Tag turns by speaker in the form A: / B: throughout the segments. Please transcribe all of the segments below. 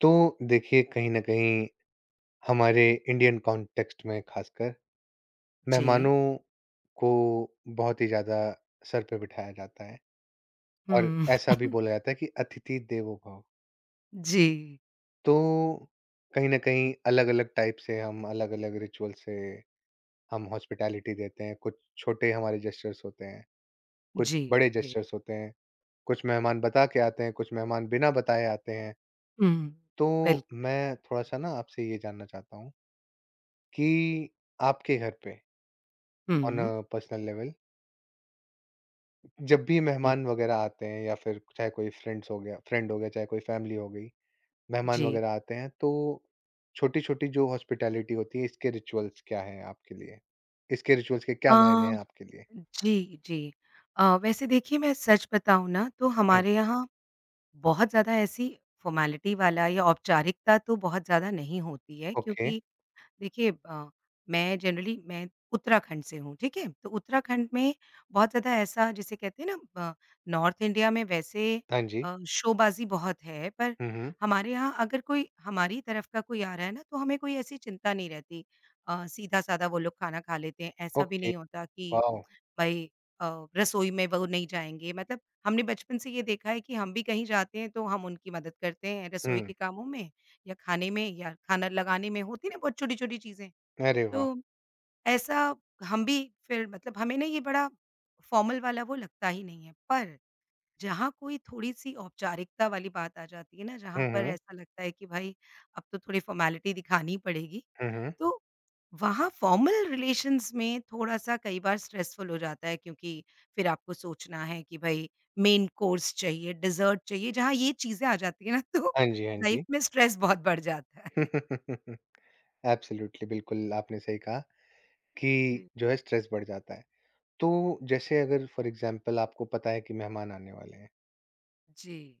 A: तो देखिए कहीं न कहीं हमारे इंडियन कॉन्टेक्स्ट में ख़ासकर
B: जी।
A: मेहमानों को बहुत ही ज़्यादा सर पे बिठाया जाता है और
B: हुँ।
A: ऐसा भी बोला जाता है कि अतिथि देवो भव।
B: जी,
A: तो कहीं न कहीं अलग-अलग टाइप से हम अलग-अलग रिचुअल से हम हॉस्पिटैलिटी देते हैं, कुछ छोटे हमारे जेस्चर्स होते हैं, कुछ
B: जी,
A: बड़े
B: जी।
A: जेस्चर्स होते हैं, कुछ मेहमान बता के आते हैं, कुछ मेहमान बिना बताए आते हैं।
B: हुँ,
A: तो
B: बिल्कुल।
A: मैं थोड़ा-सा ना आपसे ये जानना चाहता हूँ कि आपके घर पे on a
B: hmm,
A: personal level. जब भी
B: जी,
A: मेहमान वगैरह आते हैं या फिर चाहे कोई फ्रेंड्स हो गया फ्रेंड हो गया, चाहे कोई फैमिली हो गई, मेहमान
B: जी।
A: वगैरह आते हैं तो छोटी-छोटी जो हॉस्पिटैलिटी होती है इसके रिचुअल्स क्या हैं आपके लिए? इसके रिचुअल्स के क्या मायने
B: अ,
A: हैं आपके लिए?
B: जी, जी। वैसे देखिए मैं सच बताऊँ ना तो
A: हुँ,
B: हमारे यहाँ बहुत ज़्यादा ऐसी फ़ॉर्मेलिटी वाला या औपचारिकता तो बहुत ज़्यादा नहीं होती है
A: ओके।
B: क्योंकि देखिए मैं जनरली मैं उत्तराखंड से हूँ, ठीक है? तो उत्तराखंड में बहुत ज़्यादा ऐसा जिसे कहते हैं ना नॉर्थ इंडिया में वैसे
A: हाँ जी।
B: शोबाज़ी बहुत है, पर
A: हुँ, हुँ।
B: हमारे यहाँ अगर कोई हमारी तरफ का कोई आ रहा है ना, तो हमें कोई ऐसी चिंता नहीं रहती। सीधा-साधा वो लोग खाना खा लेते हैं, ऐसा भी
A: ओके,
B: नहीं होता कि
A: वॉव!
B: भाई अ, रसोई में वो नहीं जाएँगे, मतलब हमने बचपन से ये देखा है कि हम भी कहीं जाते हैं तो हम उनकी मदद करते हैं रसोई
A: हुँ,
B: के कामों में या खाने में या खाना लगाने में, होती है ना बहुत छोटी-छोटी चीज़ें।
A: अरे वाह!
B: तो ऐसा हम भी फिर मतलब हमें ना ये बड़ा फॉर्मल वाला वो लगता ही नहीं है। पर जहाँ कोई थोड़ी-सी औपचारिकता वाली बात आ जाती है ना, जहाँ
A: हुँ,
B: पर
A: हुँ।
B: ऐसा लगता है कि भाई अब तो थोड़ी फ़ॉर्मेलिटी दिखानी ही पड़ेगी
A: हुँ, हुँ।
B: तो वहाँ फॉर्मल रिलेशंस में थोड़ा-सा कई बार स्ट्रेसफुल हो जाता है क्योंकि फिर आपको सोचना है कि भई मेन कोर्स चाहिए, डेज़र्ट चाहिए, जहाँ ये चीज़ें आ जाती हैं ना तो
A: हाँ जी, हाँ
B: लाइफ
A: जी।
B: में स्ट्रेस बहुत बढ़ जाता है।
A: एब्सोल्युटली बिल्कुल आपने सही कहा कि
B: जी।
A: जो है स्ट्रेस बढ़ जाता है। तो जैसे अगर फॉर एग्जांपल आपको पता है कि मेहमान आने वाले हैं
B: जी।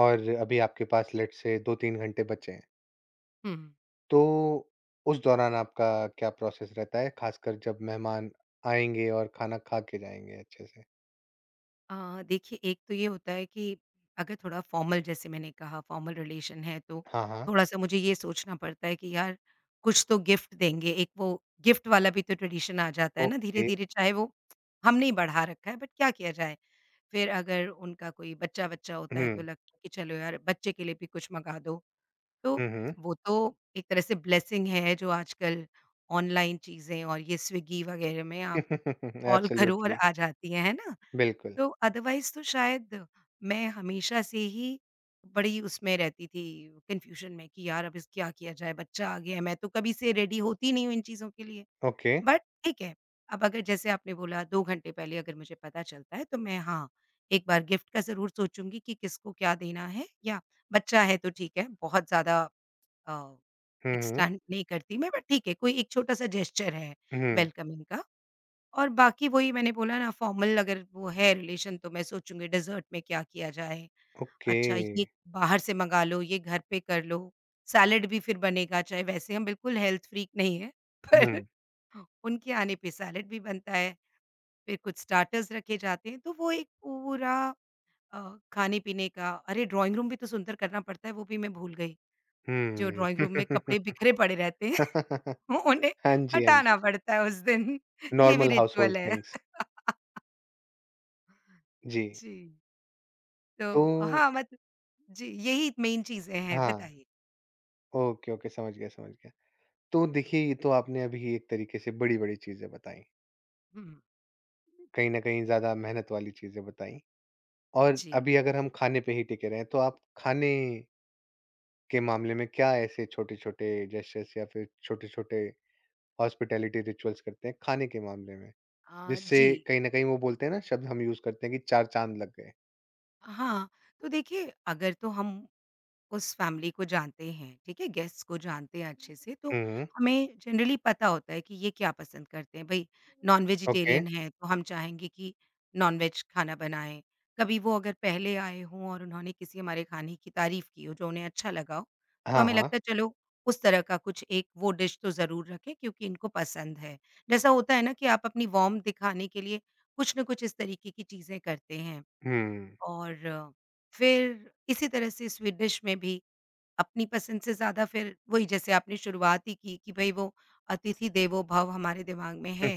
A: और अभी आपके पास लेट्स से 2-3 घंटे बचे हैं,
B: हुँ।
A: तो उस दौरान आपका क्या प्रोसेस रहता है? खासकर जब मेहमान आएँगे और खाना खा के जाएँगे अच्छे से?
B: देखिए एक तो ये होता है कि अगर थोड़ा फॉर्मल जैसे मैंने कहा फॉर्मल रिलेशन है तो
A: हाँ, हाँ।
B: थोड़ा-सा मुझे ये सोचना पड़ता है कि यार कुछ तो गिफ्ट देंगे। एक वो गिफ्ट वाला भी तो ट्रेडिशन आ जाता है ना
A: ओके।
B: धीरे-धीरे चाहे वो हमने ही बढ़ा रखा है बट क्या किया जाए। फिर अगर उनका कोई बच्चा-वच्चा होता
A: हुँ।
B: है तो लगता है कि चलो यार बच्चे के लिए भी कुछ मँगा दो। तो
A: हुँ, हुँ।
B: वो तो एक तरह से ब्लेसिंग है जो आजकल ऑनलाइन चीज़ें और ये स्विगी वगैरह में आप कॉल करो और
A: एब्सोल्युटली।
B: आ जाती हैं, है ना?
A: बिल्कुल।
B: तो अदरवाइज़ तो शायद मैं हमेशा से ही बड़ी उसमें रहती थी, कन्फ्यूज़न में कि यार अब इस क्या किया जाए? बच्चा आ गया है, मैं तो कभी से रेडी होती नहीं हूँ इन चीज़ों के लिए।
A: ओके।
B: बट ठीक है, अब अगर जैसे आपने बोला 2 घंटे पहले अगर मुझे पता चलता है तो मैं हाँ, एक बार गिफ्ट का ज़रूर सोचूँगी कि किसको क्या देना है या बच्चा है तो ठीक है, बहुत ज़्यादा अ,
A: हुँ, हुँ।
B: एक्सटेंड नहीं करती मैं बट ठीक है, कोई एक छोटा-सा जेस्चर है
A: हुँ।
B: वेलकमिंग का। और बाकी वही मैंने बोला ना फॉर्मल अगर वो है रिलेशन तो मैं सोचूँगी डेज़र्ट में क्या किया जाए?
A: ओके।
B: अच्छा ये बाहर से मँगा लो, ये घर पे कर लो, सैलेड भी फिर बनेगा चाहे वैसे हम बिल्कुल हेल्थ फ्रीक नहीं हैं
A: हुँ,
B: पर उनके आने पे सैलेड भी बनता है, फिर कुछ स्टार्टर्स रखे जाते हैं तो वो एक पूरा अ, खाने-पीने का अरे! ड्राइंग रूम भी तो सुंदर करना पड़ता है वो भी मैं भूल गई। जो ड्राइंग
A: हुँ।
B: रूम में कपड़े बिखरे पड़े रहते हैं उन्हें
A: हाँ जी, हाँ जी।
B: हटाना पड़ता है उस दिन। ये भी
A: नॉर्मल हाउसहोल्ड
B: रिचुअल है।
A: थिंग्स। जी।
B: जी। तो
A: तो
B: हाँ मतलब जी, यही मेन चीज़ें हैं,
A: हाँ।
B: बताइए?
A: ओके, ओके, समझ गया, समझ गया। तो देखिए, ये तो आपने अभी एक तरीके से बड़ी-बड़ी चीज़ें बताईं,
B: हुँ,
A: कहीं न कहीं ज़्यादा मेहनत वाली चीज़ें बताईं और
B: जी।
A: अभी अगर हम खाने पे ही टिके रहें, तो आप खाने के मामले में क्या ऐसे छोटे-छोटे जेस्चर्स या फिर छोटे-छोटे हॉस्पिटैलिटी रिचुअल्स करते हैं, खाने के मामले में? जिससे
B: जी,
A: कहीं न कहीं वो बोलते हैं ना शब्द हम यूज़ करते हैं कि 4 चाँद लग गए।
B: हाँ, तो देखिए अगर तो हम उस फैमिली को जानते हैं, ठीक है? गेस्ट्स को जानते हैं अच्छे से, तो
A: हुँ,
B: हमें जनरली पता होता है कि ये क्या पसंद करते हैं। भई
A: ओके।
B: नॉन-वेजिटेरियन है, तो हम चाहेंगे कि नॉन-वेज खाना बनाएँ। कभी वो अगर पहले आए हों और उन्होंने किसी हमारे खाने की तारीफ़ की हो, जो उन्हें अच्छा लगा हो, तो
A: हाँ,
B: हमें
A: हाँ।
B: लगता है चलो उस तरह का कुछ एक वो डिश तो ज़रूर रखें क्योंकि इनको पसंद है। जैसा होता है ना कि आप अपनी वार्म दिखाने के लिए कुछ न कुछ इस तरीके की चीज़ें करते हैं
A: हुँ।
B: और फिर इसी तरह से स्वीट डिश में भी अपनी पसंद से ज़्यादा फिर वही जैसे आपने शुरुआत ही की कि भई वो अतिथि देवो भव हमारे दिमाग में है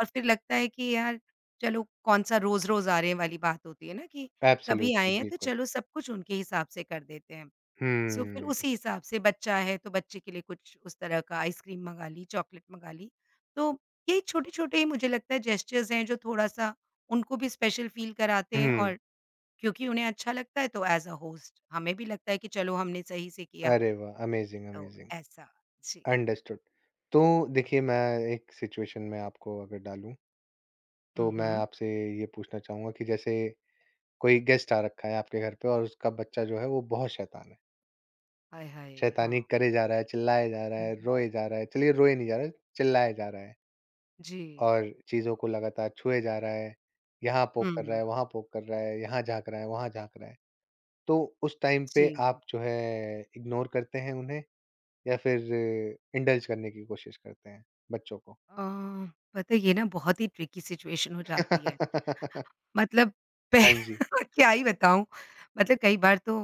B: और फिर लगता है कि यार चलो कौन-सा रोज़-रोज़ आ रहे हैं वाली बात होती है ना कि कभी
A: एब्सोल्युटली,
B: आए हैं तो
A: बिल्कुल।
B: चलो सब कुछ उनके हिसाब से कर देते हैं। सो फिर
A: हुँ,
B: उसी हिसाब से बच्चा है तो बच्चे के लिए कुछ उस तरह का आइसक्रीम मंगा ली, चॉकलेट मंगा ली। तो ये छोटे-छोटे ही मुझे लगता है जेस्चर्स हैं जो थोड़ा-सा उनको भी स्पेशल फ़ील कराते हैं
A: हुँ।
B: और क्योंकि उन्हें अच्छा लगता है तो एज़ अ होस्ट हमें भी लगता है कि चलो हमने सही से किया।
A: अरे वाह! अमेज़िंग,
B: तो
A: अमेज़िंग।
B: ऐसा। जी।
A: अंडरस्टूड। तो देखिए, मैं एक सिचुएशन में आपको अगर डालूँ,
B: हुँ,
A: तो मैं
B: हुँ।
A: आपसे ये पूछना चाहूँगा कि जैसे कोई गेस्ट आ रखा है आपके घर पे और उसका बच्चा जो है वो बहुत शैतान है।
B: हाय, हाय!
A: शैतानी
B: हाँ।
A: करे जा रहा है, चिल्लाए जा रहा
B: हुँ।
A: है, रोए जा रहा है, चलिए रोए नहीं जा रहा है, चिल्लाए जा रहा है
B: जी।
A: और चीज़ों को लगातार छुए जा रहा है, यहाँ पोक कर रहा
B: हुँ।
A: है, वहाँ पोक कर रहा है, यहाँ झाँक रहा है, वहाँ झाँक रहा है। तो उस टाइम पे
B: जी।
A: आप जो है इग्नोर करते हैं उन्हें या फिर इंडल्ज करने की कोशिश करते हैं बच्चों को?
B: अ, पता है ये ना बहुत ही ट्रिकी सिचुएशन हो जाती है। मतलब पह
A: हाँ जी।
B: क्या ही बताऊँ मतलब कई बार तो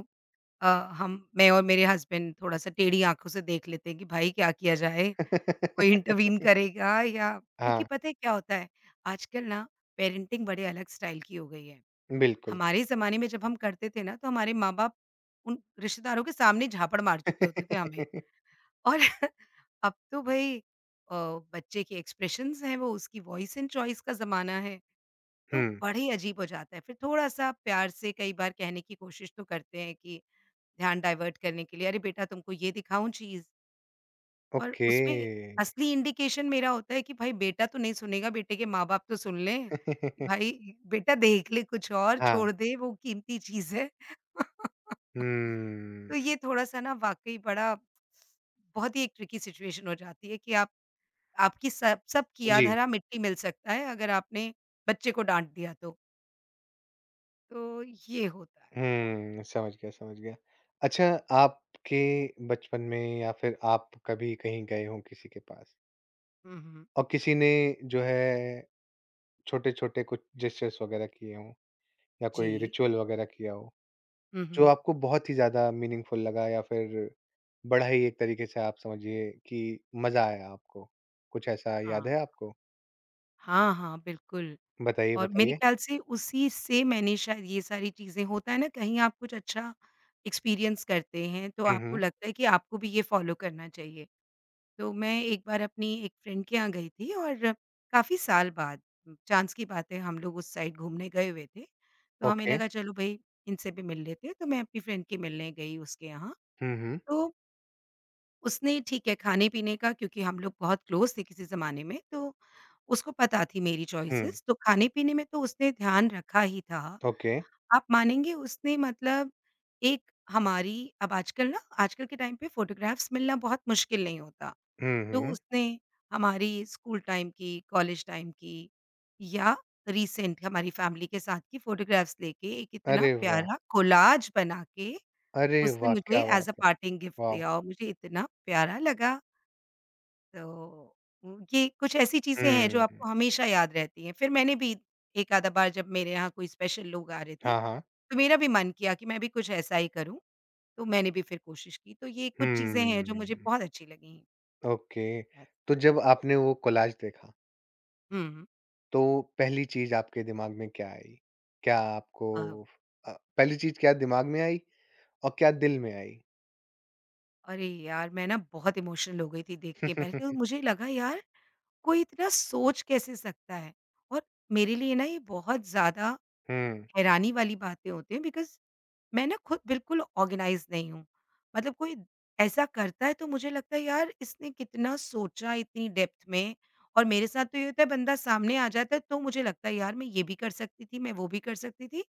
B: अ, हम मैं और मेरे हस्बैंड थोड़ा-सा टेढ़ी आँखों से देख लेते हैं कि भाई क्या किया जाए? कोई इंटरवीन करेगा या क्योंकि
A: हाँ,
B: पता है क्या होता है आजकल ना पेरेंटिंग बड़े अलग स्टाइल की हो गई है।
A: बिल्कुल।
B: हमारे ज़माने में जब हम करते थे ना, तो हमारे माँ-बाप उन रिश्तेदारों के सामने झापड़ मार चुके होते थे हमें और अब तो भई अ, बच्चे के एक्सप्रेशंस हैं वो, उसकी वॉइस एंड चॉइस का ज़माना है, तो
A: हुँ,
B: बड़े ही अजीब हो जाता है। फिर थोड़ा-सा प्यार से कई बार कहने की कोशिश तो करते हैं कि ध्यान डाइवर्ट करने के लिए, "अरे बेटा तुमको ये दिखाऊँ चीज़?" और
A: ओके।
B: उसमें असली इंडिकेशन मेरा होता है कि भाई बेटा तो नहीं सुनेगा, बेटे के माँ-बाप तो सुन लें, कि भाई बेटा देख ले कुछ और,
A: हाँ,
B: छोड़ दे वो कीमती चीज़ है।
A: हम्म,
B: तो ये थोड़ा-सा ना वाक़ई बड़ा बहुत ही एक ट्रिकी सिचुएशन हो जाती है कि आप आपकी सब सबकी
A: जी।
B: आधा-आधा मिट्टी मिल सकता है अगर आपने बच्चे को डाँट दिया तो। तो ये होता है।
A: हुँ, समझ गया, समझ गया। अच्छा, आपके बचपन में या फिर आप कभी कहीं गए हों किसी के पास
B: हुँ, हुँ।
A: और किसी ने जो है छोटे-छोटे कुछ जेस्चर्स वगैरह किए हों या कोई
B: जी।
A: रिचुअल वगैरह किया हो?
B: हुँ,
A: जो
B: हुँ।
A: आपको बहुत ही ज़्यादा मीनिंगफुल लगा या फिर बड़ा ही एक तरीके से आप समझिए कि मज़ा आया आपको? कुछ ऐसा याद
B: हाँ।
A: है आपको?
B: हाँ, हाँ, बिल्कुल।
A: बताइए,
B: और मेरे
A: बताइए।
B: ख्याल से उसी से मैंने शायद ये सारी चीज़ें होता है ना कहीं आप कुछ अच्छा एक्सपीरियंस करते हैं, तो
A: हुँ,
B: आपको
A: हुँ।
B: लगता है कि आपको भी ये फ़ॉलो करना चाहिए। तो मैं एक बार अपनी एक फ्रेंड के यहाँ गई थी और काफ़ी साल बाद चाँस की बात है हम लोग उस साइड घूमने गए हुए थे। तो हमें
A: ओके।
B: लगा चलो भई इनसे भी मिल लेते हैं, तो मैं अपनी फ्रेंड के मिलने गई उसके यहाँ।
A: हुँ, हुँ।
B: तो उसने ठीक है खाने-पीने का क्योंकि हम लोग बहुत क्लोज़ थे किसी ज़माने में, तो उसको पता थी मेरी
A: हुँ।
B: चॉइसेस, तो खाने-पीने में तो उसने ध्यान रखा ही था।
A: ओके।
B: आप मानेंगे उसने मतलब एक हमारी अब आजकल ना आजकल के टाइम पे फ़ोटोग्राफ्स मिलना बहुत मुश्किल नहीं होता,
A: हुँ,
B: तो
A: हुँ।
B: उसने हमारी स्कूल टाइम की, कॉलेज टाइम की या रिसेंट हमारी फ़ैमिली के साथ की फ़ोटोग्राफ्स लेके एक इतना
A: अरे वाह!
B: प्यारा कोलाज बना के
A: अरे
B: उसने
A: वाह!
B: मुझे
A: क्या बात
B: ऐज़ अ
A: है!
B: पार्टिंग गिफ्ट
A: वाह!
B: दिया और मुझे इतना प्यारा लगा। तो ये कुछ ऐसी चीज़ें हैं जो
A: हुँ।
B: आपको हमेशा याद रहती हैं। फिर मैंने भी एक आधा बार जब मेरे यहाँ कोई स्पेशल लोग आ रहे थे,
A: हाँ,
B: तो
A: हाँ।
B: मेरा भी मन किया कि मैं भी कुछ ऐसा ही करूँ, तो मैंने भी फिर कोशिश की। तो ये कुछ चीज़ें हैं जो मुझे
A: हुँ।
B: बहुत अच्छी लगीं।
A: ओके। तो
B: ऐसा
A: जब आपने वो कोलाज देखा,
B: हुँ।
A: तो पहली चीज़ आपके दिमाग में क्या आई? क्या आपको
B: अ,
A: अ, पहली चीज़ क्या दिमाग में आई और क्या दिल में आई?
B: अरे यार! मैं ना बहुत इमोशनल हो गई थी देख के। पहले तो मुझे लगा यार कोई इतना सोच कैसे सकता है? और मेरे लिए ना ये बहुत ज़्यादा
A: हुँ,
B: हैरानी वाली बातें होती हैं बिकॉज़ मैं ना खुद बिल्कुल ऑर्गेनाइज़ नहीं हूँ। मतलब कोई ऐसा करता है तो मुझे लगता है यार इसने कितना सोचा इतनी डेप्थ में और मेरे साथ तो ये होता है बंदा सामने आ जाता है तो मुझे लगता है यार मैं ये भी कर सकती थी, मैं वो भी कर सकती थी,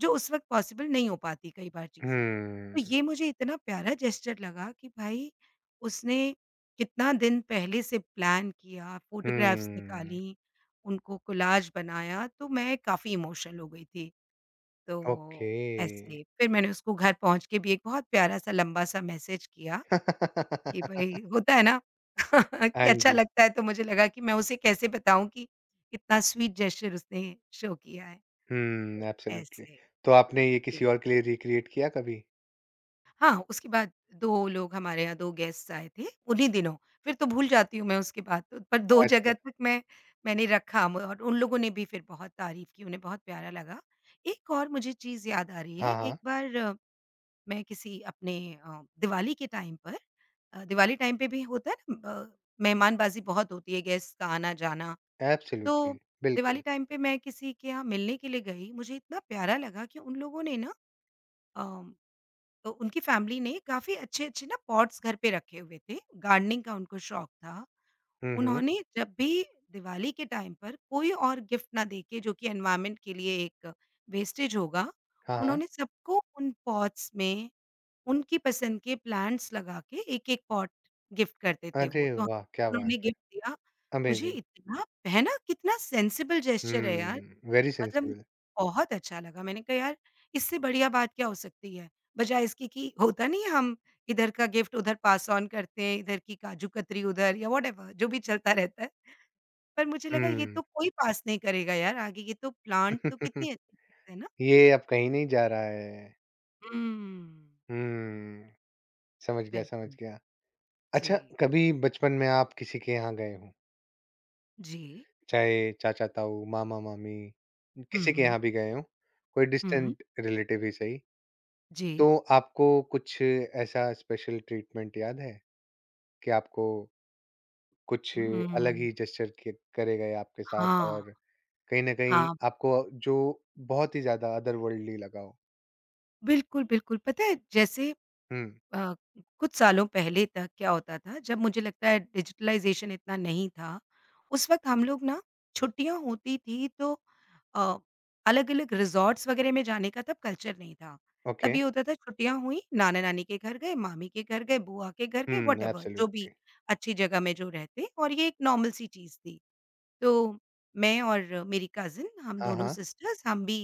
B: जो उस वक़्त पॉसिबल नहीं हो पाती कई बार चीज़ें। तो
A: हुँ,
B: ये मुझे इतना प्यारा जेस्चर लगा कि भाई उसने कितना दिन पहले से प्लान किया, फ़ोटोग्राफ्स
A: हुँ,
B: निकाली, उनको कोलाज बनाया तो मैं काफ़ी इमोशनल हो गई थी। तो
A: ओके।
B: ऐसे फिर मैंने उसको घर पहुँच के भी एक बहुत प्यारा-सा लंबा-सा मैसेज किया कि भई होता है ना कि
A: हाँ
B: अच्छा
A: जी।
B: लगता है तो मुझे लगा कि मैं उसे कैसे बताऊँ कि इतना स्वीट जेस्चर उसने शो किया है।
A: हुँ,
B: तो
A: एब्सोल्यूटली।
B: ऐसे,
A: तो आपने ये किसी
B: जी।
A: और के लिए रिक्रिएट किया कभी?
B: हाँ, उसके बाद 2 लोग हमारे यहाँ 2 गेस्ट्स आए थे उन्हीं दिनों, फिर तो भूल जाती हूँ मैं उसके बाद तो, पर 2 जगह
A: अच्छा।
B: तक मैं मैंने रखा म और उन लोगों ने भी फिर बहुत तारीफ़ की, उन्हें बहुत प्यारा लगा। एक और मुझे चीज़ याद आ रही
A: हाँ,
B: है,
A: हाँ,
B: एक बार मैं किसी अपने दिवाली के टाइम पर दिवाली टाइम पे भी होता है ना मेहमानबाजी बहुत होती है, गेस्ट का आना-जाना।
A: एब्सोल्यूटली,
B: तो दिवाली
A: बिल्कुल।
B: टाइम पे मैं किसी के यहाँ मिलने के लिए गई, मुझे इतना प्यारा लगा कि उन लोगों ने ना अम, उनकी फैमिली ने काफ़ी अच्छे-अच्छे ना पॉट्स घर पे रखे हुए थे, गार्डनिंग का उनको शौक था।
A: हुँ, हुँ।
B: उन्होंने जब भी दिवाली के टाइम पर कोई और गिफ्ट ना देके जो कि एनवायरनमेंट के लिए एक वेस्टेज होगा,
A: हाँ, हाँ।
B: उन्होंने सबको उन पॉट्स में उनकी पसंद के प्लांट्स लगा के एक-एक पॉट गिफ्ट करते थे
A: अरे
B: वो, तो
A: वाह!
B: हमें जब
A: क्या बात
B: उन्होंने
A: है।
B: गिफ्ट दिया, मुझे
A: अमेज़िंग।
B: इतना है ना? कितना सेंसिबल जेस्चर है यार,
A: हुँ, वेरी
B: मतलब
A: सेंसिबल।
B: मुझे बहुत अच्छा लगा। मैंने कहा यार इससे बढ़िया बात क्या हो सकती है? बजाए इसके कि होता नहीं है हम इधर का गिफ्ट उधर पास ऑन करते हैं, इधर की काजू-कतरी उधर या व्हाटएवर जो भी चलता रहता है। पर मुझे लगा ये
A: हुँ।
B: तो कोई पास नहीं करेगा यार आगे, ये तो प्लांट तो कितनी अच्छी चीज़ है ना?
A: ये अब कहीं नहीं जा रहा है।
B: हुँ,
A: हुँ, समझ गया, समझ
B: बिल्कुल।
A: गया।
B: जी।
A: अच्छा, कभी बचपन में आप किसी के यहाँ गए हों?
B: जी।
A: चाहे चाचा-ताऊ, मामा-मामी,
B: हुँ,
A: किसी के
B: हुँ।
A: यहाँ भी गए हों, कोई
B: हुँ,
A: डिस्टेंट रिलेटिव ही सही,
B: जी।
A: तो आपको कुछ ऐसा स्पेशल ट्रीटमेंट याद है कि आपको कुछ अलग
B: हुँ,
A: ही जेस्चर क करे गए आपके साथ
B: हाँ,
A: और कहीं न कहीं
B: हाँ।
A: आपको जो बहुत ही ज़्यादा अदरवर्ल्डली लगा हो?
B: बिल्कुल, बिल्कुल। पता है जैसे
A: हुँ,
B: अ, कुछ सालों पहले तक क्या होता था जब मुझे लगता है डिजिटलाइज़ेशन इतना नहीं था, उस वक़्त हम लोग ना छुट्टियाँ होती थी तो अ, अलग-अलग रिज़ॉर्ट्स वग़ैरह में जाने का तब कल्चर नहीं था। तब
A: ओके।
B: ये होता था छुट्टियाँ हुई, नाना-नानी के घर गए, मामी के घर गए, बुआ के घर गए,
A: हुँ,
B: व्हाटएवर जो भी
A: एब्सोल्युटली।
B: अच्छी जगह में जो रहते और ये एक नॉर्मल सी चीज़ थी। तो मैं और मेरी कज़िन हम
A: हाँ,
B: दोनों
A: हाँ,
B: सिस्टर्स हम भी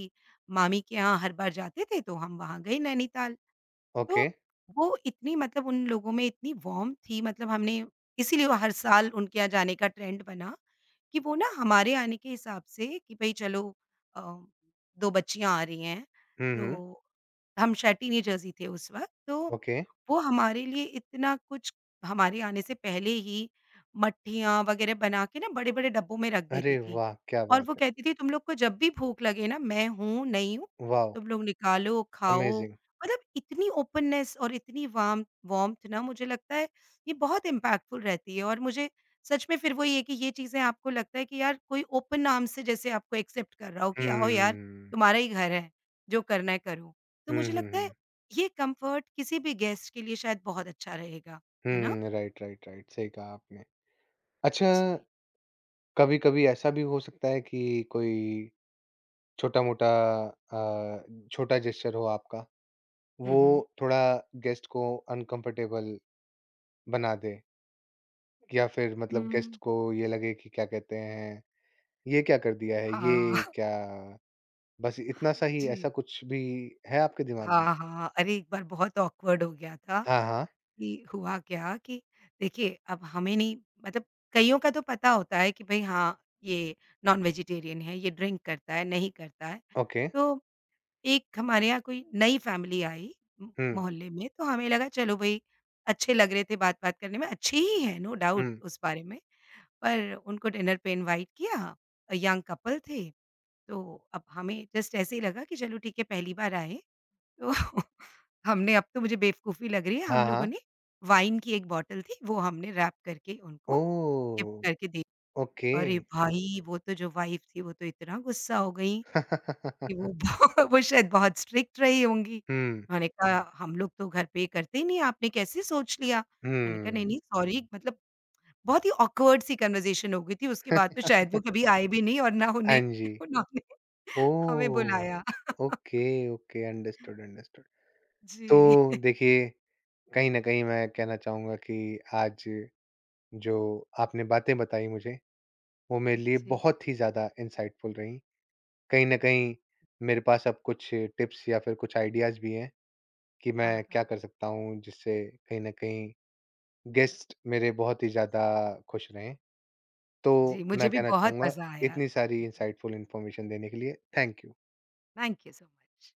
B: मामी के यहाँ हर बार जाते थे तो हम वहाँ गए नैनीताल। तो
A: ओके।
B: वो इतनी मतलब उन लोगों में इतनी वार्म थी मतलब हमने इसीलिए वो हर साल उनके यहाँ जाने का ट्रेंड बना। कि वो ना हमारे आने के हिसाब से कि भई चलो अ, 2 बच्चियाँ आ रही हैं,
A: हुँ, हुँ,
B: तो हम शायद टीनेजर्स ही थे उस वक़्त, तो
A: ओके।
B: वो हमारे लिए इतना कुछ हमारे आने से पहले ही मट्ठियाँ वगैरह बना के ना बड़े-बड़े डब्बों में रख
A: अरे
B: देती थी।
A: वाह! क्या
B: और
A: बात
B: वो
A: है।
B: कहती थी तुम लोग को जब भी भूख लगे ना मैं हूँ, नहीं हूँ,
A: वॉव!
B: तुम लोग निकालो, खाओ।
A: अमेजिंग।
B: मतलब इतनी ओपननेस और इतनी वार्म वार्म्थ ना मुझे लगता है ये बहुत इम्पैक्टफुल रहती है और मुझे सच में फिर वही है कि ये चीज़ें आपको लगता है कि यार कोई ओपन आर्म से जैसे आपको एक्सेप्ट कर रहा हो कि आओ यार
A: हुँ।
B: तुम्हारा ही घर है, जो करना है करो। तो
A: हुँ,
B: मुझे
A: हुँ,
B: लगता है
A: हुँ।
B: ये कम्फर्ट किसी भी गेस्ट के लिए शायद बहुत अच्छा रहेगा, है ना?
A: हुँ, राइट, राइट, राइट, सही कहा आपने। अच्छा,
B: जी।
A: कभी-कभी ऐसा भी हो सकता है कि कोई छोटा-मोटा अ, छोटा जेस्चर हो आपका,
B: हुँ,
A: वो
B: हुँ।
A: थोड़ा गेस्ट को अनकम्फर्टेबल बना दे या फिर मतलब गेस्ट
B: हुँ,
A: को ये लगे कि क्या कहते हैं, ये क्या कर दिया है,
B: हाँ।
A: ये क्या बस इतना सा ही ऐसा
B: जी।
A: कुछ भी है आपके दिमाग में?
B: हाँ, हाँ। अरे एक बार बहुत ऑकवर्ड हो गया था
A: हाँ, हाँ,
B: कि हुआ क्या कि देखिए अब हमें नहीं मतलब कइयों का तो पता होता है कि भई हाँ, ये नॉन वेजिटेरियन है, ये ड्रिंक करता है, नहीं करता है।
A: ओके,
B: तो एक हमारे यहाँ कोई नई फ़ैमिली आई म
A: हुँ,
B: मोहल्ले में, तो हमें लगा चलो भई अच्छे लग रहे थे बात-बात करने में, अच्छे ही हैं नो डाउट
A: हुँ,
B: उस बारे में। पर उनको डिनर पे इनवाइट किया, यंग कपल थे, तो अब हमें जस्ट ऐसे ही लगा कि चलो ठीक है पहली बार आए, तो हमने अब तो मुझे बेवकूफ़ी लग रही है,
A: हाँ,
B: हम लोगों
A: हाँ,
B: ने वाइन की एक बॉटल थी, वो हमने रैप करके उनको
A: ओह!
B: गिफ्ट करके दी।
A: ओके।
B: अरे भाई! वो तो जो वाइफ़ थी वो तो इतना गुस्सा हो गई कि वो वो शायद बहुत स्ट्रिक्ट रही होंगी।
A: हुँ,
B: उन्होंने कहा हम लोग तो घर पे करते ही नहीं, आपने कैसे सोच लिया? मैंने कहा नहीं,
A: हुँ।
B: नहीं सॉरी मतलब बहुत ही ऑकवर्ड सी कन्वर्सेशन हो गई थी, उसके बाद तो शायद वो कभी आए भी नहीं और ना
A: हाँ
B: उन्हें
A: जी।
B: उन्होंने हमें
A: ओह!
B: बुलाया।
A: Okay, okay understood, understood. तो
B: जी।
A: देखिए, कहीं न कहीं मैं कहना चाहूँगा कि आज जो आपने बातें बताई मुझे, वो मेरे लिए
B: जी।
A: बहुत ही ज़्यादा इनसाइटफुल रहीं। कहीं न कहीं मेरे पास अब कुछ टिप्स या फिर कुछ आइडियाज़ भी हैं कि
B: हाँ,
A: मैं क्या
B: हाँ।
A: कर सकता हूँ, जिससे कहीं न कहीं गेस्ट मेरे बहुत ही ज़्यादा खुश रहें। तो
B: जी, मुझे
A: मैं
B: भी
A: कहना
B: बहुत
A: चाहूँगा,
B: मज़ा आया।
A: इतनी सारी
B: जी,
A: इनसाइटफुल इन्फॉर्मेशन देने के लिए thank you.
B: Thank you so much.